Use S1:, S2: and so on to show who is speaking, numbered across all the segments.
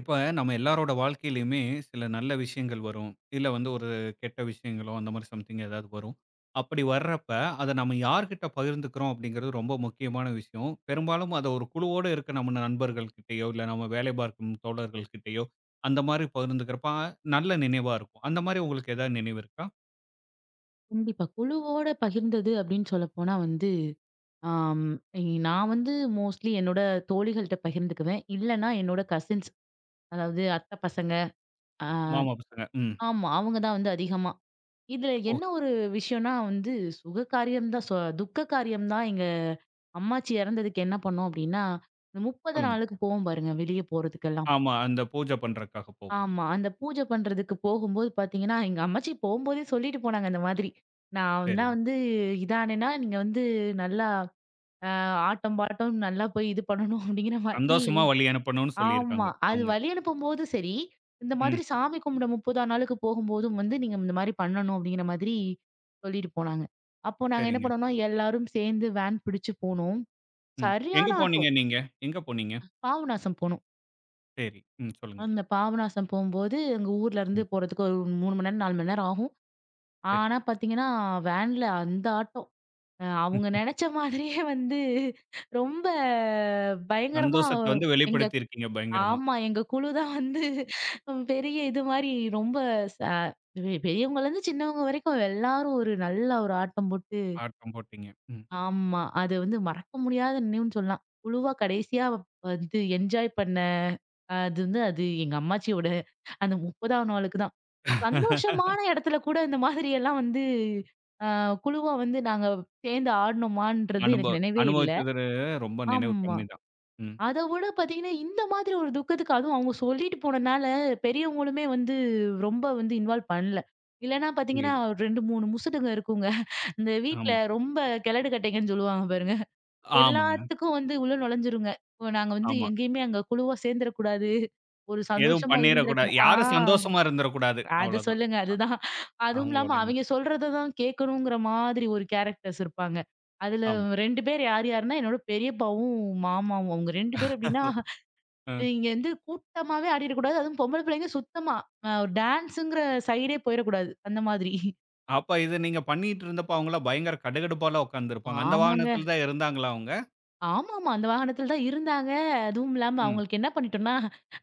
S1: இப்ப நம்ம எல்லாரோட வாழ்க்கையிலயுமே சில நல்ல விஷயங்கள் வரும். இல்ல வந்து ஒரு கெட்ட விஷயங்களோ, அந்த மாரி சம்திங் ஏதாவது வரும். அப்படி வர்றப்ப, அத நம்ம யார்கிட்ட பகிர்ந்துக்கிறோம் அப்படிங்கிறது ரொம்ப முக்கியமான விஷயம். பெரும்பாலும் அத ஒரு குழுவோட இருக்க நம்ம நண்பர்கள்கிட்டயோ, இல்ல நம்ம வேலை பார்க்கும் தோழர்கள்கிட்டயோ, அந்த மாரி பகிர்ந்துக்கிறப்ப நல்ல நினைவா இருக்கும். அந்த மாரி உங்களுக்கு ஏதாவது நினைவு இருக்கா?
S2: கண்டிப்பா. குழுவோட பகிர்ந்தது அப்படின்னு சொல்லப்போனா ஆம் நான் மோஸ்ட்லி என்னோட தோழிகள்ட்ட பகிர்ந்துக்குவேன். இல்லன்னா என்னோட கசின்ஸ், அதாவது அத்தை பசங்க, அ
S1: மாமா பசங்க. ம்.
S2: ஆமா. அவங்க தான் அதிகமா. இதுல
S1: ஓ!
S2: என்ன ஒரு விஷயம்னா சுக காரியம் தான் சொ துக்க காரியம் தான். எங்க அம்மாச்சி இறந்ததுக்கு என்ன பண்ணோம் அப்படின்னா, இந்த 30
S1: சொல்லுங்க.
S2: நாளுக்கு போவோம் பாருங்க, வெளிய போறதுக்கெல்லாம்.
S1: ஆமா. அந்த பூஜை பண்றதுக்காக போகும்.
S2: ஆமா, அந்த பூஜை பண்றதுக்கு போகும்போது பார்த்தீங்கன்னா, எங்க அம்மாச்சி போம்போதே சொல்லிட்டு போனாங்க இந்த மாதிரி. நான் நான்
S1: சரிங்க.
S2: இதானேன்னா நீங்க நல்லா அ ஆட்டம் பாட்டம் நல்லா போய் இது பண்ணணும் அப்படிங்கிற மாதிரி.
S1: சந்தோஷமா வழி அனுப்பணும்னு
S2: ஆமா,
S1: சொல்லியிருக்காங்க
S2: அது
S1: அவங்க.
S2: வழி அனுப்பும்போது சரி, இந்த
S1: ம்.
S2: மாதிரி சாமி கும்பிட 30ஆம் நாளுக்கு போகும்போதும் நீங்க இந்த மாரி பண்ணணும் அப்படிங்கிற மாதிரி சொல்லிட்டு போனாங்க. அப்போ நாங்க என்ன
S1: சரிங்க.
S2: பண்ணோம்னா, எல்லாரும் சேர்ந்து வேன் பிடிச்சு போனோம்.
S1: ம்.
S2: சரியான
S1: எங்க
S2: ஆட்டோ.
S1: போனீங்க நீங்க? எங்க போனீங்க?
S2: பாபநாசம் போனோம்.
S1: சரி. ம். சொல்லுங்க.
S2: அந்த பாபநாசம் போம்போது, எங்க ஊர்ல இருந்து
S1: ம்.
S2: போறதுக்கு ஒரு 3 மணி நேரம், 4 மணி நேரம் ஆகும்.
S1: சரி.
S2: ஆனா பார்த்தீங்கன்னா, வேன்ல அந்த ஆட்டோ. அவங்க
S1: ம்.
S2: நெனச்ச மாதிரியே ரொம்ப பயங்கரமா.
S1: சந்தோஷத்த வந்து
S2: எங்க
S1: வெளிப்படுத்தியிருக்கீங்க பயங்கரமா.
S2: ஆமா, எங்க குழு தான் பெரிய இது மாரி ரொம்ப ச பெரியவங்கலேருந்து சின்னவங்க வரைக்கும் எல்லாரும் ஒரு நல்ல ஒரு ஆட்டம் போட்டு.
S1: ஆட்டம் போட்டீங்க. ம்.
S2: ஆமா, அது மறக்க முடியாத நினைவுன்னு சொல்லலாம். குழுவா கடைசியா என்ஜாய் பண்ண, அது எங்க அம்மாச்சியோட அந்த 30ஆம் நாளுக்கு தான். சந்தோஷமான இடத்துல கூட இந்த மாதிரி எல்லாம் அ குழுவா நாங்க சேர்ந்து ஆடுனோமான்றது
S1: அனுபவ
S2: எனக்கு நினைவே இல்ல.
S1: அனுபவிச்சது ரொம்ப நினைவு
S2: ஆமா,
S1: கம்மிதான். ம்.
S2: அத விட பார்த்தீங்கன்னா, இந்த மாதிரி ஒரு துக்கத்துக்கு அதுவும் அவங்க சொல்லிட்டு போனனால, பெரியவங்களுமே ரொம்ப இன்வால்வ் பண்ணல. இல்லன்னா பார்த்தீங்கன்னா,
S1: புரியுது.
S2: 2, 3 முசுடுங்க இருக்குங்க. இந்த வீட்ல
S1: ஆமா.
S2: ரொம்ப கெலடு கட்டைங்கன்னு சொல்லுவாங்க பாருங்க.
S1: ஆமாங்க.
S2: எல்லாத்துக்கும் உள்ள நுழைஞ்சிருங்க. இப்ப நாங்க
S1: ஆமா.
S2: எங்கேயுமே அங்க குழுவா சேர்ந்துறக்கூடாது. ஒரு
S1: எதுவும்
S2: சந்தோஷமா
S1: பண்ணிறக்கூடாது.
S2: இருந்துறக்கூடா.
S1: யாரும் சந்தோஷமா இருந்துறக்கூடாது.
S2: அத
S1: அவ்வளோதான்.
S2: சொல்லுங்க. அதுதான். அதுவும்
S1: அவங்களோட
S2: இல்லாம
S1: எண்ணம்.
S2: அவைங்க சொல்றத தான் கேட்கணுங்கிற மாதிரி ஒரு கேரக்டர்ஸ் இருப்பாங்க. அதுல
S1: ஆமா.
S2: 2 பேர் யார் யாருன்னா, என்னோட பெரியப்பாவும், மாமாவும். அவங்க 2 பேர் எப்டின்னா
S1: அ
S2: இங்க கூட்டமாவே ஆடிறக்கூடாது, அதுவும் பொம்பள பிள்ளைங்க சுத்தமா. ஒரு டான்ஸுங்கிற சைடே போயிறக்கூடாது, அந்த மாதிரி.
S1: அப்ப இது நீங்க பண்ணிட்டு இருந்தப்ப அவங்கலாம் பயங்கர கடுகடுப்பால உட்கார்ந்திருப்பாங்க. அந்த
S2: ஆமாங்க.
S1: வாகனத்தில தான் இருந்தாங்களா அவங்க?
S2: ஆமாமா, அந்த வாகனத்துல தான் இருந்தாங்க. அதுவும் இல்லாம
S1: ம்.
S2: அவங்களுக்கு என்ன பண்ணிட்டோம்னா,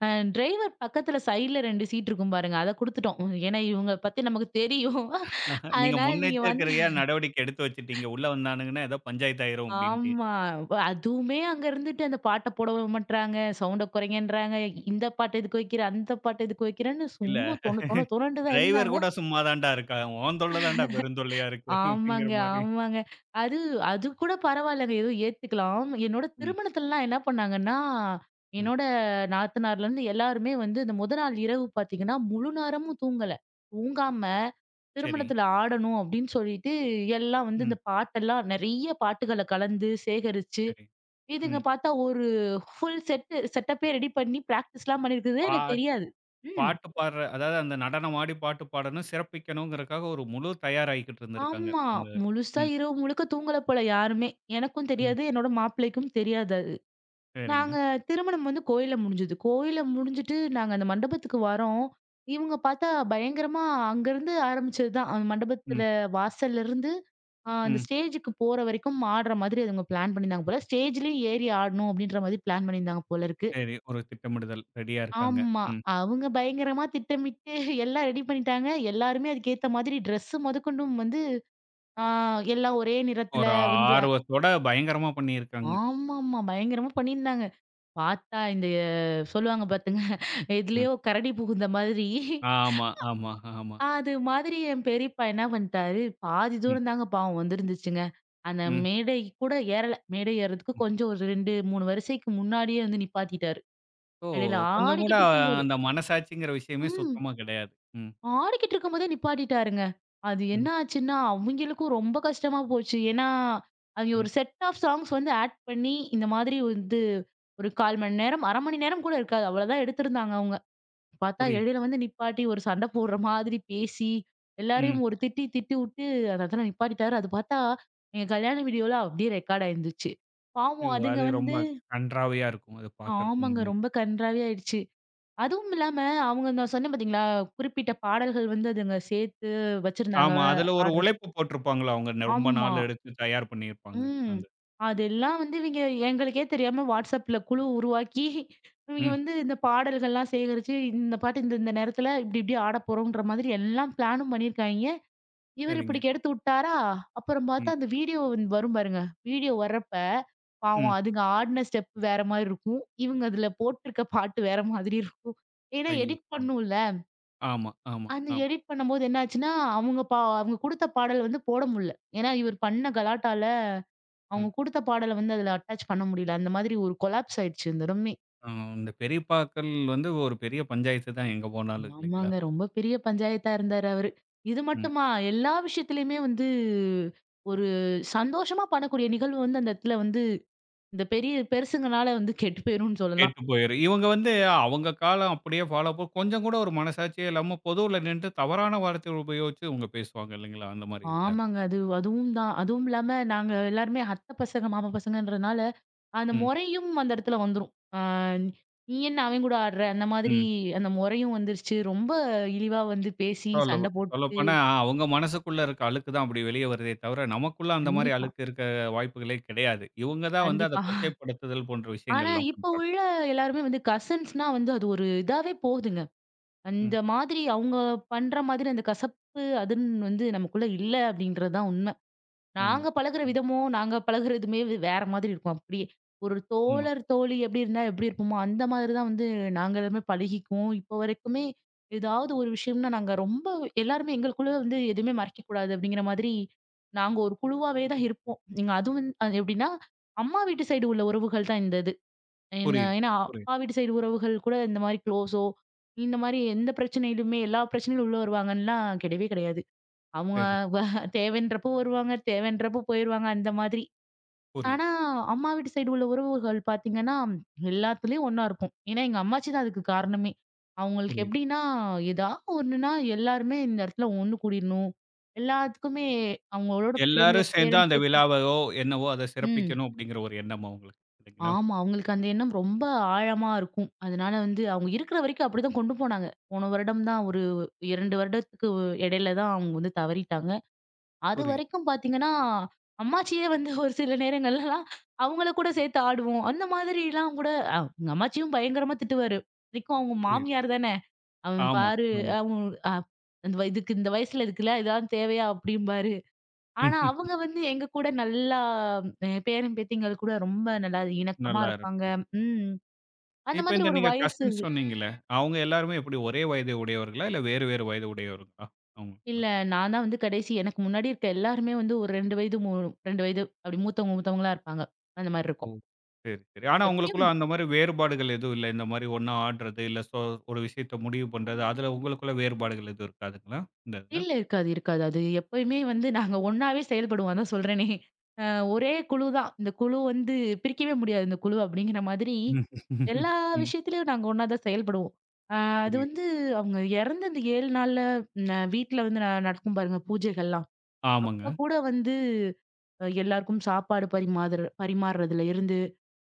S2: அ டிரைவர் பக்கத்துல சைடுல 2 சீட் இருக்கும் பாருங்க, அத குடுத்துட்டோம். ஏன்னா இவங்கள பத்தி நமக்கு தெரியும்.
S1: நீங்க
S2: அதனால நீங்க
S1: முன்னெச்சரிக்கையா நடவடிக்கை எடுத்து வச்சுட்டீங்க. உள்ள வந்தானுங்கன்னா ஏதோ பஞ்சாயத்து ஆயிரும் அப்படின்ட்டு.
S2: ஆமா. அதுவுமே அங்க இருந்துட்டு அந்த பாட்ட போட விடமாட்றாங்க. சவுண்ட குறைங்கன்றாங்க. இந்த பாட்டு எதுக்கு வைக்கிற? அந்த பாட்டு எதுக்கு வைக்கிறன்னு
S1: இல்ல.
S2: சும்மா தொண தொண தொணன்ட்டு தான்
S1: டிரைவர்
S2: இருந்தாங்க.
S1: கூட சும்மா தான்டா இருக்கான். உன் தொல்ல தான்டா பெருந்தொல்லையா இருக்கு. அப்படிங்கிற
S2: ஆமாங்க,
S1: மாரி.
S2: ஆமாங்க. அது அது கூட பரவாயில்லங்க, ஏதோ ஏத்துக்கலாம். என்னோட
S1: ம்,
S2: திருமணத்துலலாம் என்ன பண்ணாங்கன்னா,
S1: ம்.
S2: என்னோட நாத்தனார்லருந்து எல்லாருமே இந்த முத நாள் இரவு பார்த்தீங்கன்னா, முழு நேரமும் தூங்கல. தூங்காம
S1: சரி.
S2: திருமணத்துல ஆடணும் அப்படின்னு சொல்லிட்டு, எல்லாம்
S1: ம்.
S2: இந்த பாட்டெல்லாம் நெறைய பாட்டுகள கலந்து சேகரிச்சு,
S1: சரி.
S2: இதுங்க
S1: ம்.
S2: பார்த்தா ஒரு ஃபுல் செட்டு செட்டப்பே ரெடி பண்ணி பிராக்டிஸ்லாம் பண்ணியிருக்குது. எனக்கு
S1: பாட்
S2: தெரியாது. ம்.
S1: பாட்டு பாடுற அதாவது அந்த நடனம் ஆடி பாட்டு பாடணும், சிறப்பிக்கணுங்கிறதுக்காக ஒரு முழு தயாராகிக்கிட்டு இருந்திருக்காங்க.
S2: ஆமா.
S1: அந்த
S2: முழுசா
S1: ம்,
S2: இரவு முழுக்க தூங்கல போல யாருமே. எனக்கும்
S1: ம்.
S2: தெரியாது. என்னோட மாப்பிள்ளைக்கும் தெரியாது அது. நாங்க
S1: சரிங்க.
S2: திருமணம் கோயில்ல முடிஞ்சது. கோயில்ல முடிஞ்சுட்டு நாங்க அந்த மண்டபத்துக்கு வரோம். இவங்க பார்த்தா பயங்கரமா அங்கருந்து ஆரம்பிச்சது தான். அந்த மண்டபத்துல
S1: ம்,
S2: வாசல்லருந்து அந்த
S1: ம்.
S2: ஸ்டேஜுக்கு போற வரைக்கும் ஆடுற மாதிரி அதுங்க பிளான் பண்ணியிருந்தாங்க போல. ஸ்டேஜ்லயும் ஏறி ஆடணும் அப்படின்ற மாதிரி பிளான் பண்ணியிருந்தாங்க போல இருக்கு.
S1: சரி. ஒரு திட்டமிடுதல் ரெடியா இருக்காங்க.
S2: ஆமா,
S1: ம்.
S2: அவங்க பயங்கரமா திட்டமிட்டு எல்லாம் ரெடி பண்ணிட்டாங்க. எல்லாருமே அதுக்கேத்த மாதிரி ட்ரெஸ் மொதக்கொண்டும் ஆ எல்லாம் ஒரே நிறத்துல
S1: ஒரு
S2: வந்து
S1: ஆர்வத்தோட பயங்கரமா பண்ணியிருக்காங்க.
S2: ஆமாமா, பயங்கரமா பண்ணியிருந்தாங்க. பார்த்தா இந்த சொல்லுவாங்க பாத்துங்க,
S1: ம்.
S2: எதுலயோ கரடி புகுந்த மாதிரி.
S1: ஆமா, ஆமா, ஆமா.
S2: அது மாதிரி என் பெரியப்பா என்ன பண்ணிட்டாரு, பாதி
S1: ம்,
S2: தூரம் தாங்க பாவம் வந்திருந்துச்சுங்க. அந்த
S1: ம்,
S2: மேடை கூட ஏறல. மேடை ஏறதுக்கு
S1: ம்.
S2: கொஞ்சம் ஒரு 2, 3 வரிசைக்கு முன்னாடியே வந்து நிப்பாட்டிட்டாரு.
S1: ஸோ
S2: இடையில
S1: கொஞ்சம் கூட
S2: ஆடிக்கிட்டு இருக்கும்போதே.
S1: அந்த மனசாட்சிங்கிற விஷயமே
S2: ம்.
S1: சுத்தமா கிடையாது. ம்.
S2: ஆடிக்கிட்டு இருக்கும்போதே நிப்பாட்டிட்டாருங்க. அது
S1: ம்,
S2: என்ன ஆச்சுன்னா, அவிங்களுக்கும் ரொம்ப கஷ்டமா போச்சு. ஏன்னா, அவிங்க
S1: ம்.
S2: ஒரு செட் ஆஃப் சாங்ஸ் ஆட் பண்ணி, இந்த மாதிரி ஒரு 1/4 மணி நேரம், 1/2 மணி நேரம் கூட இருக்காது. அவ்வளதான் எடுத்திருந்தாங்க அவுங்க. பார்த்தா
S1: புரியுது.
S2: இடையில நிப்பாட்டி, ஒரு சண்டை போடுற மாதிரி பேசி, எல்லாரையும்
S1: ம்.
S2: ஒரு திட்டி திட்டி விட்டு அந்த இடத்துல நிப்பாட்டிட்டாரு. அது பார்த்தா, எங்க கல்யாண வீடியோல அப்டியே ரெக்கார்ட் ஆயிருந்துச்சு.
S1: ஐயோ!
S2: பாவம் அதுங்க
S1: அது ரொம்ப கண்றாவியா இருக்கும். அது பார்க்கறக்கு
S2: ஆமாங்க,
S1: நமக்கு.
S2: ரொம்ப கன்றாவி ஆயிடுச்சு. அதுவும் இல்லாம, அவங்க நான் சொன்னேன் பார்த்தீங்களா? குறிப்பிட்ட பாடல்கள் அதுங்க சேர்த்து வச்சிருந்தாங்க
S1: ஆமா. அதுல ஒரு
S2: ஆடுறதுக்கு.
S1: உழைப்பு போட்டிருப்பாங்கல்ல அவங்க ந ரொம்ப
S2: ஆமா.
S1: நாள் எடுத்து தயார் பண்ணியிருப்பாங்க.
S2: ம்.
S1: அந்த
S2: அதெல்லாம் இவிங்க எங்களுக்கே தெரியாம WhatsAppல குழு உருவாக்கி, இவிங்க
S1: ம்.
S2: இந்த பாடல்கள்லாம் சேகரிச்சு, இந்த பாட்டு இந்த இந்த நேரத்துல இப்டி இப்டி ஆடப் போறோம்ன்ற மாதிரி எல்லாம் பிளானும் பண்ணியிருக்காய்ங்க. இவரு இப்டி
S1: சரிங்க.
S2: கெடுத்து விட்டாரா, அப்புறம்
S1: ம்,
S2: பார்த்தா அந்த வீடியோ வரும் பாருங்க. வீடியோ வர்றப்ப,
S1: ம்.
S2: பாவம் அதுங்க ஆடுன ஸ்டெப் வேற மாரி இருக்கும். இவங்க அதுல போட்டிருக்க பாட்டு வேற மாதிரி இருக்கும். ஏன்னா
S1: ஐயோ!
S2: எடிட்
S1: ஆமா.
S2: பண்ணும்ல.
S1: ஆமா, ஆமா,
S2: அந்த
S1: ஆமா.
S2: எடிட் பண்ணும்போது என்ன ஆச்சுன்னா, அவங்க குடுத்த பாடல் போட முடியல. ஏன்னா, இவர் பண்ண கலாட்டால
S1: ம்.
S2: அவங்க குடுத்த பாடல அதுல அட்டாச் பண்ண முடியல. அந்த மாதிரி ஒரு கொலாப்ஸ் ஆயிடுச்சு இந்த இடமே.
S1: ஆ இந்த பெரியப்பாக்கள் வந்து ஒரு பெரிய பஞ்சாயத்து தான் எங்க போனாலும் இல்லைங்களா?
S2: ஆமாங்க, ரொம்ப பெரிய பஞ்சாயத்தா இருந்தாரு அவரு. இது
S1: ம்.
S2: மட்டுமா, எல்லா விஷயத்துலயுமே ஒரு சந்தோஷமா பண்ணக்கூடிய நிகழ்வு அந்த இடத்துல இந்த பெரிய பெருசுங்கனால கெட்டு போயிரும்னு சொல்லலாம்.
S1: கெட்டு போயிரும். இவங்க வந்து அவங்க காலம் அப்படியே ஃபாலோ ப கொஞ்சம் கூட ஒரு மனசாட்சியே இல்லாம பொதுவுல நின்ட்டு தவறான வார்த்தைய உபயோகிச்சு இவங்க பேசுவாங்க இல்லைங்களா? அந்த மாரி இதுல.
S2: ஆமாங்க. அதுவும் தான். அதுவும் இல்லாம நாங்க எல்லாருமே அத்தை பசங்க, மாமா பசங்கன்றனால அந்த
S1: ம்,
S2: முறையும் அந்த இடத்துல வந்துரும். ஆ நீ என்ன அவன் கூட ஆடுற? அந்த மாதிரி
S1: ம்.
S2: அந்த முறையும் வந்துருச்சு. ரொம்ப இழிவா பேசி
S1: சொல்ல
S2: சண்டை போட்டு
S1: சொல்லப்போனா அவங்க மனசுக்குள்ள இருக்க அழுக்கு தான் அப்படி வெளிய வருதே தவிர, நமக்குள்ள அந்த மாரி
S2: கண்டிப்பா,
S1: அழுக்கு இருக்க வாய்ப்புகளே கிடையாது. இவங்க தான் வந்து அத
S2: கண்டிப்பா.
S1: கொச்சைப்படுத்துதல் போன்ற
S2: ஆனா
S1: விஷயங்கள்லாம்
S2: இப்ப
S1: பண்றாங்க.
S2: உள்ள எல்லாருமே கசின்ஸ்னா அது ஒரு இதாவே போகுதுங்க.
S1: ம்.
S2: அந்த மாதிரி அவங்க பண்ற மாதிரி அந்த கசப்பு அதுன்னு நமக்குள்ள இல்ல அப்படின்றது தான் உண்மை.
S1: உண்ம.
S2: நாங்க பழகுற
S1: ம்.
S2: விதமும், நாங்க பழகுற இதுமே வேற மாதிரி இருக்கும். அப்படியே ஒரு
S1: உண்ம.
S2: தோழர், தோழி எப்படி இருந்தா எப்படி இருப்போமோ, அந்த மாதிரி தான் நாங்க எல்லாமே பழகிக்குவோம். இப்போ வரைக்குமே ஏதாவது ஒரு விஷயம்னா நாங்க ரொம்ப எல்லாருமே எங்களுக்குள்ள எதுவுமே மறைக்கக்கூடாது அப்படிங்கிற மாதிரி நாங்க ஒரு குழுவாவே தான் இருப்போம். நீங்க அதுவும் அது எப்படின்னா, அம்மா வீட்டு சைடு உள்ள உறவுகள் தான் இந்த இது. ஏன்னா
S1: புரியுது,
S2: ஏன்னா
S1: புரியுது.
S2: அப்பா வீட்டு சைடு உறவுகள் கூட இந்த மாதிரி க்ளோஸோ, இந்த மாதிரி எந்த பிரச்சனையிலுமே எல்லா பிரச்சனையிலும் உள்ள வருவாங்கன்னுலாம் கிடையவே கிடையாது. அவங்க
S1: சரி.
S2: வ தேவைன்றப்போ வருவாங்க, தேவைன்றப்போ போயிருவாங்க அந்த மாதிரி.
S1: புரியுது,
S2: ஆனா, அம்மா வீட்டு சைடு உள்ள உறவுகள் பார்த்தீங்கன்னா, எல்லாத்துலயும் ஒண்ணா இருப்போம். ஏன்னா, எங்க அம்மாச்சி தான் அதுக்கு காரணமே. அவங்களுக்கு
S1: புரியுது.
S2: எப்படின்னா, ஏதா ஒண்ணுன்னா எல்லாருமே இந்த இடத்துல ஒண்ணு கூடிடணும். எல்லாத்துக்குமே அவங்களோட பிள்ளைங்க,
S1: எல்லாரும் சேர்ந்து
S2: பேரன்,
S1: அந்த
S2: பேத்தி.
S1: விழாவையோ, என்னவோ அத
S2: ம்.
S1: சிறப்பிக்கணும் அப்படிங்கிற ஒரு எண்ணம் அவங்களுக்கு. இல்லைங்களா?
S2: ஆமா, அவங்களுக்கு அந்த எண்ணம் ரொம்ப ஆழமா இருக்கும். அதனால அவங்க இருக்கிற வரைக்கும் அப்படிதான் கொண்டு போனாங்க. போன வருடம் தான் ஒரு 2 வருடத்துக்கு இடையில தான் அவங்க தவறிட்டாங்க.
S1: புரியுது,
S2: அதுவரைக்கும் பாத்தீங்கன்னா, அம்மாச்சியே ஒரு சில நேரங்கள்லலாம் அவங்கள கூட சேர்த்து ஆடுவோம். அந்த மாதிரிலாம் கூட எங்க அம்மாச்சியும் பயங்கரமா திட்டுவாரு. இத்தனைக்கும் அவங்க
S1: புரியுது.
S2: மாமியார் தானே! "அவன்
S1: ஆமா,
S2: பாரு,
S1: ஆமா.
S2: அவன் அ இந்த வ இதுக்கு இந்த வயசுல இதுக்குலாம் இதெல்லாம் தேவையா?" அப்படிம்பாரு. ஆனா அவங்க எங்க கூட நல்லா பேரன், பேத்திங்கள் கூட ரொம்ப நல்லா இணக்கமா
S1: நல்லா
S2: இருப்பாங்க.
S1: இருக்கும்.
S2: ம். அந்த
S1: இப்ப
S2: மாதிரி
S1: இந்த
S2: ஒரு
S1: நீங்க
S2: வயசு
S1: கசின்ஸ்
S2: இது.
S1: சொன்னீங்கல்ல, அவங்க எல்லாருமே எப்படி ஒரே வயது உடையவர்களா? இல்ல வேறு வேறு வயது உடையவர்களா? அவங்க.
S2: இல்ல, நான் தான் கடைசி. எனக்கு முன்னாடி இருக்க எல்லாருமே ஒரு 2 வயது, 2 வயது அப்படி மூத்தவங்க மூத்தவங்களா இருப்பாங்க. அந்த மாரி
S1: ஓ!
S2: இருக்கும்.
S1: சரி, சரி. ஆனா
S2: எப்பயும்
S1: உங்களுக்குள்ள அந்த மாரி வேறுபாடுகள் எதுவும் இல்ல. இந்த மாரி ஒண்ணா ஆட்றது, இல்ல சோ ஒரு விஷயத்த முடிவு பண்றது, அதுல உங்களுக்குள்ள வேறுபாடுகள் எதுவும் இருக்காதுங்களா? இந்த இதுல?
S2: இல்ல, இருக்காது, இருக்காது. அது எப்பயுமே நாங்க ஒண்ணாவே செயல்படுவோம். அதான் சொல்றேனே. அ ஒரே குழு தான். இந்த குழு பிரிக்கவே முடியாது இந்த குழு அப்படிங்கிற மாதிரி,
S1: ம்.
S2: எல்லா
S1: ம்.
S2: விஷயத்திலயும் நாங்க ஒண்ணா தான் செயல்படுவோம். அ அது
S1: புரியுது.
S2: வந்து அவங்க இறந்த அந்த 7 நாள்ல வீட்ல நடக்கும் பாருங்க பூஜைகள்லாம். அப்ப
S1: ஆமாங்க.
S2: கூட எல்லாருக்கும் சாப்பாடு பரிமாறுறதுல இருந்து,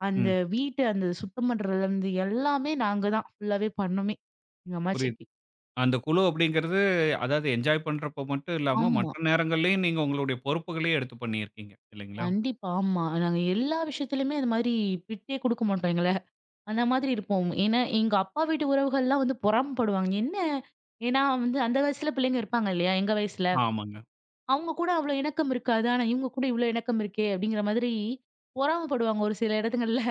S2: அந்த
S1: ம்.
S2: வீட்ட அந்த சுத்தம் பண்றதுல இருந்து எல்லாமே நாங்க தான் ஃபுல்லாவே பண்ணோமே, எங்க
S1: புரியுது.
S2: அம்மாச்சிக்கு.
S1: அந்த குழு அப்படிங்கிறது, அதாவது என்ஜாய் பண்றப்ப மட்டும் இல்லாம,
S2: ஆமா.
S1: மற்ற நேரங்கள்லயும் நீங்க உங்களுடைய பொறுப்புகளையும் எடுத்து பண்ணியிருக்கீங்க. இல்லைங்களா?
S2: கண்டிப்பா. ஆமா, நாங்க எல்லா விஷயத்துலயுமே அது மாரி விட்டே குடுக்க மாட்டோம் எங்கள. அந்த மாதிரி இருப்போம். ஏன்னா, எங்க அப்பா வீட்டு உறவுகள்லாம் பொறாமப்படுவாங்க. என்ன? ஏன்னா அந்த வயசுல பிள்ளைங்க இருப்பாங்க இல்லையா? எங்க வயசுல.
S1: ஆமாங்க.
S2: அவங்க கூட அவ்வளோ இணக்கம் இருக்காது. ஆனா இவங்க கூட இவ்வளோ இணக்கம் இருக்கே! அப்படிங்கிற மாதிரி பொறாமப்படுவாங்க ஒரு சில இடத்துங்கள்ல.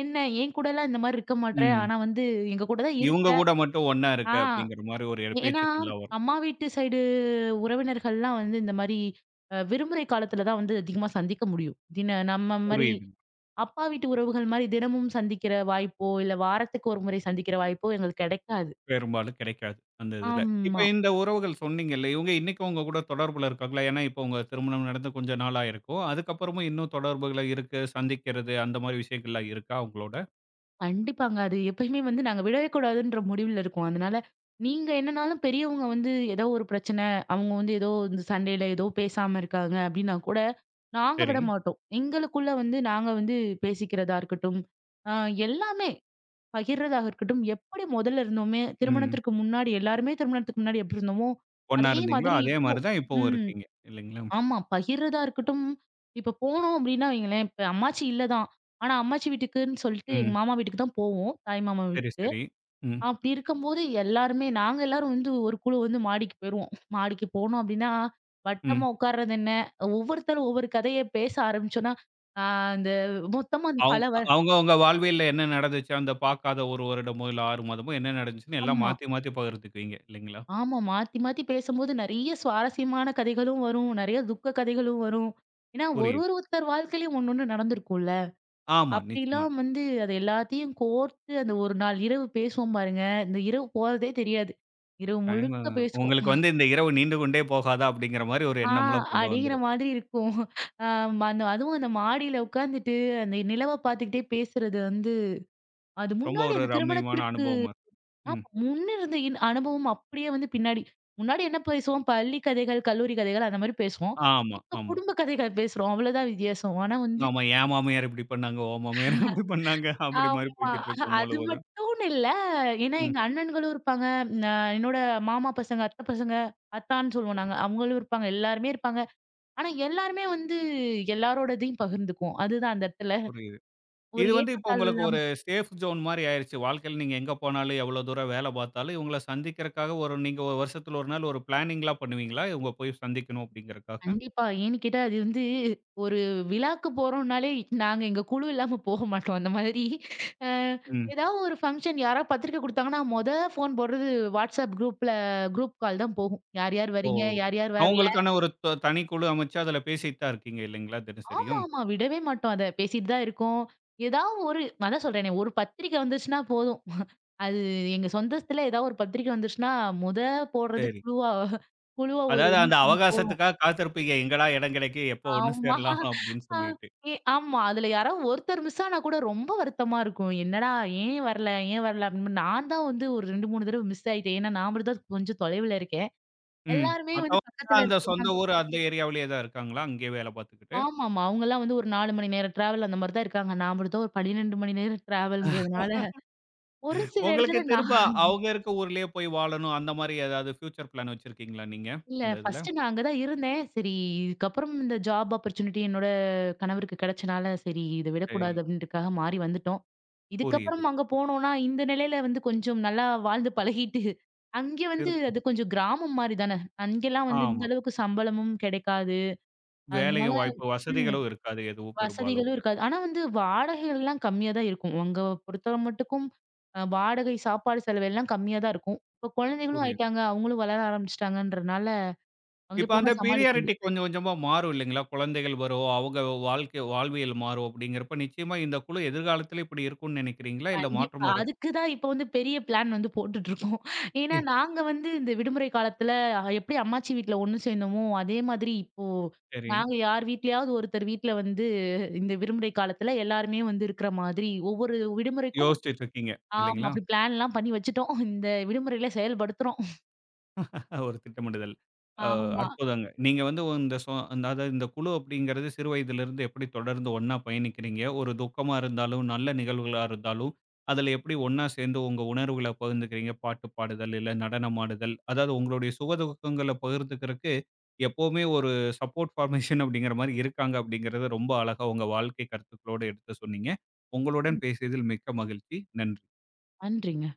S2: என்ன? என் கூடலாம் இந்த மாரி இருக்க மாட்ற.
S1: ம்.
S2: ஆனா எங்க கூட தான்
S1: இவங்க
S2: இருக்க.
S1: கூட மட்டும் ஒண்ணா
S2: ஆ
S1: இருக்க அப்படிங்கிற மாரி ஒரு
S2: ஏன்னா
S1: பேச்சுக்கள்லாம் வரும்.
S2: அம்மா வீட்டு சைடு உறவினர்கள்லாம் இந்த மாரி விடுமுறை காலத்துல தான் அதிகமா சந்திக்க முடியும். நம்ம மாரி
S1: புரியுதுங்க.
S2: அப்பா வீட்டு உறவுகள் மாரி தினமும் சந்திக்கிற வாய்ப்போ, இல்ல வாரத்துக்கு ஒரு முறை சந்திக்கிற வாய்ப்போ எங்களுக்கு கிடைக்காது.
S1: பெரும்பாலும் கிடைக்காது அந்த இதுல. இப்ப
S2: ஆமா.
S1: இந்த உறவுகள் சொன்னீங்கல்ல, இவங்க இன்னைக்கும் உங்க கூட தொடர்புல இருக்காங்களா? ஏன்னா இப்போ உங்க திருமணம் நடந்து கொஞ்ச நாளா இருக்கும். அதுக்கப்புறமும் இன்னும் தொடர்புகள இருக்கு, சந்திக்கிறது அந்த மாரி விஷயங்கள்லாம் இருக்கா உங்களோட?
S2: கண்டிப்பாங்க, அது எப்பயுமே நாங்க விடவே கூடாதுன்ற முடிவுல இருக்கோம். அதனால நீங்க என்னனாலும் பெரியவங்க ஏதோ ஒரு பிரச்சனை, அவங்க ஏதோ இந்த சண்டையில ஏதோ பேசாம இருக்காங்க அப்படின்னா கூட, நாங்க
S1: சரி.
S2: விட மாட்டோம். எங்களுக்குள்ள நாங்க பேசிக்கிறதா இருக்கட்டும், அ எல்லாமே பகிர்றதாக இருக்கட்டும், எப்படி முதல்ல இருந்தோமே
S1: ம்.
S2: திருமணத்திற்கு முன்னாடி, எல்லாருமே திருமணத்துக்கு முன்னாடி எப்படி இருந்தோமோ,
S1: ஒண்ணா
S2: அதே
S1: இருந்தீங்களோ,
S2: மாதிரி
S1: அதே
S2: இப்போ.
S1: மாரி தான் இப்பவும்
S2: ம்.
S1: இருக்கீங்க இல்லைங்களா?
S2: ஆமா, பகிர்றதா இருக்கட்டும், இப்ப போனோம் அப்டின்னா வைங்களேன், இப்ப அம்மாச்சி இல்ல தான். ஆனா அம்மாச்சி வீட்டுக்குன்னு சொல்லிட்டு எங்க
S1: ம்.
S2: மாமா வீட்டுக்கு தான் போவோம், தாய் மாமா
S1: சரி,
S2: வீட்டுக்கு.
S1: சரி. ம்,
S2: அப்டி இருக்கும்போது எல்லாருமே நாங்க எல்லாரும் ஒரு குழு மாடிக்கு போயிருவோம். மாடிக்கு போனோம் அப்டின்னா,
S1: ம்.
S2: வட்டமா உட்கார்றது என்ன, ஒவ்வொருத்தரும் ஒவ்வொரு கதைய பேச ஆரம்பிச்சோம்னா, ஆ அந்த மொத்தமா அந்த
S1: அவ்
S2: பல வ
S1: அவங்க அவங்க உங்க வாழ்வியல்ல என்ன நடந்துச்சு, அந்த பார்க்காத 1 வருடமோ, இல்ல 6 மாதமோ என்ன நடந்துச்சுன்னு எல்லாம்
S2: ஆமா.
S1: மாத்தி மாத்தி பகிர்ந்துக்குவீங்க இல்லைங்களா?
S2: ஆமா, மாத்தி மாத்தி பேசும்போது நெறைய சுவாரஸ்யமான கதைகளும் வரும். நெறைய துக்க கதைகளும் வரும். ஏன்னா ஒரு
S1: புரியுது.
S2: ஒரு ஒருத்தர் வாழ்க்கையிலயும் ஒண்ணு ஒண்ணு நடந்திருக்கும்ல.
S1: ஆமா, நிச்சயமா.
S2: அப்படிலாம் அது எல்லாத்தையும் கோர்த்து அந்த ஒரு நாள் இரவு பேசுவோம் பாருங்க, இந்த இரவு போறதே தெரியாது. இரவு
S1: டைமு
S2: முழுக்க
S1: உங்களுக்கு
S2: பேசுவோம்.
S1: வந்து இந்த இரவு நீண்டு கொண்டே போகாதா? அப்படிங்கிற மாரி ஒரு
S2: ஆ
S1: எண்ணம்லாம் கொண்டு
S2: அப்படிங்கிற
S1: வந்துரும்.
S2: மாதிரி இருக்கும். அ அதுவும் அந்த மாடியில உட்காந்துட்டு அந்த நிலவ பார்த்துக்கிட்டே பேசுறது அது
S1: ரொம்ப
S2: முன்னாடி
S1: ஒரு
S2: அந்த
S1: ரம்மியமான
S2: திருமணத்திற்கு
S1: அனுபவமா இருக்கும். ம்.
S2: ஆமா, முன்ன இருந்த அனுபவம் அப்படியே பின்னாடி. முன்னாடி என்ன பேசுவோம்? பள்ளி கதைகள், கல்லூரி கதைகள் அந்த மாரி பேசுவோம்.
S1: ஆமா,
S2: இப்ப
S1: ஆமா,
S2: குடும்ப கதைகள் பேசுறோம். அவ்வளோதான் வித்தியாசம். ஆனா
S1: ஆமா. என் மாமியார் இப்படி பண்ணாங்க, உன் மாமியார் அப்படி பண்ணாங்க. அப்படி மாரி
S2: ஆமா.
S1: போய்க்கிட்டு இருக்கும்
S2: அது
S1: முழுவதும்.
S2: மட்டும்னு இல்ல. ஏன்னா
S1: ம்.
S2: எங்க அண்ணன்களும் இருப்பாங்க. ந என்னோட மாமா பசங்க, அத்தை பசங்க, அத்தான்னு சொல்லுவோம்
S1: சரி,
S2: நாங்க. அவங்களும் இருப்பாங்க. எல்லாருமே இருப்பாங்க. ஆனா எல்லாருமே எல்லாரோடதையும் பகிர்ந்துக்குவோம். அதுதான் அந்த இடத்துல.
S1: புரியுது.
S2: ஒரு
S1: இது வந்து இப்போ
S2: ஏற்றத்தாழ்வு
S1: உங்களுக்கு ஒரு
S2: இல்லாம
S1: சேஃப் ஜோன் மாரி ஆயிருச்சு. வாழ்க்கையில நீங்க எங்க போனாலும், எவ்வளோ தூரம் வேல பார்த்தாலும், இவங்கள சந்திக்கிறக்காக ஒரு நீங்க ஒரு வருஷத்துல ஒரு நாள் ஒரு பிளானிங்லாம் பண்ணுவீங்களா? இவங்க போய் சந்திக்கணும் அப்படிங்கிறக்காக?
S2: கண்டிப்பா. ஏன்னு கேட்டா அது ஒரு விழாக்கு போறோம்னாலே நாங்க எங்க குழு இல்லாம போக மாட்டோம், அந்த மாதிரி. அ
S1: ம்.
S2: ஏதாவது ஒரு ஃபங்ஷன் யாரா பத்திரிக்கை குடுத்தாங்கன்னா, மொத ஃபோன் போடுறது WhatsApp குரூப்ல, குரூப் கால் தான் போகும். யார் யார்
S1: ஓ!
S2: வரீங்க? யார் யார் வரல?
S1: அவங்களுக்கான ஒரு தனி குழு அமைச்சு, அதுல பேசிட்டு தான் இருக்கீங்க இல்லைங்களா?
S2: ஆமா,
S1: தினசரியும்.
S2: ஆமா, விடவே மாட்டோம் அத, பேசிட்டு தான் இருக்கோம். ஏதாவது ஒரு அதான் சொல்றேனே, ஒரு பத்திரிக்கை வந்துச்சுன்னா போதும். அது எங்க சொந்தத்துல ஏதாவது ஒரு பத்திரிக்கை வந்துருச்சுன்னா, முத போடுறது
S1: சரி.
S2: குழுவா, குழுவா ஒரு
S1: அதாவது அந்த
S2: மீட்டிங் போடணும்.
S1: அவகாசத்துக்காக காத்திருப்பீங்க. எங்கடா இடம் கிடைக்கும்? எப்போ ஒண்ணு
S2: ஆமா.
S1: சேரலாம்? அப்படின்னு
S2: ஆ
S1: சொல்லிட்டு.
S2: ஆமா. அதுல யாராவது ஒருத்தர் மிஸ் ஆனா கூட ரொம்ப வருத்தமா இருக்கும். என்னடா ஏன் வரல? ஏன் வரல? அப்படின்னு நான் தான் ஒரு 2, 3 தடவ மிஸ் ஆயிட்டேன். ஏன்னா நான் மட்டும் தான் கொஞ்சம் தொலைவுல இருக்கேன்.
S1: ம்.
S2: எல்லாருமே
S1: மத்தவங்கலாம்
S2: பக்கத்துல
S1: அந்த
S2: இருக்கு.
S1: சொந்த ஊர் அந்த ஏரியாவிலேயே தான் இருக்காங்களா? அங்கேயே வேலை பார்த்துக்கிட்டு.
S2: ஆமாமா, அவங்கலாம் ஒரு 4 மணி நேரம் டிராவல் அந்த மாரி தான் இருக்காங்க. நான் மட்டும் தான் ஒரு 12 மணி நேரம் டிராவல்ங்கிறதுனால ஒரு சில
S1: உங்களுக்கு
S2: இடத்துல நான்
S1: திரும்ப அவங்க இருக்க ஊர்லயே போய் வாழணும். அந்த மாரி ஏதாவது ஃப்யூச்சர் பிளான் வச்சிருக்கீங்களா நீங்க?
S2: இல்ல.
S1: இந்த இதுல?
S2: ஃபர்ஸ்ட்டு நான் அங்க தான் இருந்தேன். சரி, இதுக்கப்புறம் இந்த ஜாப் ஆப்பர்ச்சுனிட்டி என்னோட கணவருக்கு கிடைச்சனால, சரி இத
S1: சரி.
S2: விடக்கூடாது அப்படின்றதுக்காக மாறி வந்துட்டோம்.
S1: புரியுது.
S2: இதுக்கப்புறம் அங்க போனோம்னா, இந்த நிலையில கொஞ்சம் நல்லா வாழ்ந்து பழகிட்டு, அங்கே
S1: திருப்ப
S2: அது கொஞ்சம் கிராமம் மாரி தானே. அங்கெல்லாம் இந்த
S1: ஆமா.
S2: அளவுக்கு சம்பளமும் கிடைக்காது. அதனால
S1: வேலையும் வாய்ப்பு
S2: ம்
S1: வசதிகளும் இருக்காது எதுவும் பெரும்பாலும்.
S2: வசதிகளும் இருக்காது. ஆனா வாடகைகள்லாம் கம்மியா தான் இருக்கும். அங்க பொறுத்தவரை மட்டுக்கும் வாடகை, சாப்பாடு செலவு எல்லாம் கம்மியா தான் இருக்கும். இப்ப குழந்தைகளும்
S1: புரியுது.
S2: ஆயிட்டாங்க. அவங்களும் வளர ஆரம்பிச்சுட்டாங்கன்றனால, அங்க
S1: இப்ப அந்த
S2: போனா சமாளிக்க
S1: பீரியாரிட்டி
S2: முடியும்.
S1: கொஞ்சம் கொஞ்சமா மாறும் இல்லைங்களா? குழந்தைகள் வரும். அவங்க வாழ்க்கை வாழ்வியல் மாறும் அப்படிங்கிறப்ப நிச்சயமா இந்த குழு எதிர்காலத்தில இப்படி இருக்கும்னு நினைக்கிறீங்களா? இல்ல
S2: கண்டிப்பா,
S1: மாற்றம் வர
S2: அதுக்கு தான் இப்ப பெரிய பிளான் போட்டுட்டுருக்கோம். ஏன்னா
S1: இ
S2: நாங்க இந்த விடுமுறை காலத்துல எப்படி அம்மாச்சி வீட்ல ஒண்ணு சேர்ந்தோமோ, அதே மாதிரி இப்போ
S1: சரி.
S2: நாங்க யார் வீட்லயாவது ஒருத்தர் வீட்ல இந்த விடுமுறை காலத்துல எல்லாருமே இருக்கிற மாதிரி ஒவ்வொரு விடுமுறைக்கும்.
S1: யோசிச்சுட்டு இருக்கீங்க.
S2: ஆமா,
S1: இல்லைங்களா?
S2: அப்படி பிளான்லாம் பண்ணி வச்சுட்டோம். இந்த விடுமுறையில செயல்படுத்துறோம்.
S1: ஒரு திட்டமிடுதல். அ
S2: ஆமா.
S1: அற்புதங்க. நீங்க வந்து இந்த அதாவது இந்த குழு அப்படிங்கிறது சிறு வயதிலிருந்து எப்படி தொடர்ந்து ஒண்ணா பயணிக்கிறீங்க? ஒரு துக்கமா இருந்தாலும், நல்ல நிகழ்வுகளா இருந்தாலும், அதில எப்படி ஒண்ணா சேர்ந்து உங்க உணர்வுகள பகிர்ந்துக்கிறீங்க? பாட்டு பாடுதல், இல்ல நடனம் ஆடுதல், அதாவது உங்களுடைய சுக துக்கங்கள பகிர்ந்துக்கிறக்கு எப்பவுமே ஒரு சப்போர்ட் ஃபார்மேஷன் அப்படிங்கிற மாரி இருக்காங்க அப்படிங்கிறத ரொம்ப அழகா உங்க வாழ்க்கை கருத்துக்களோடு எடுத்து சொன்னீங்க. உங்களுடன் பேசியதில் மிக்க மகிழ்ச்சி. நன்றி.
S2: நன்றிங்க.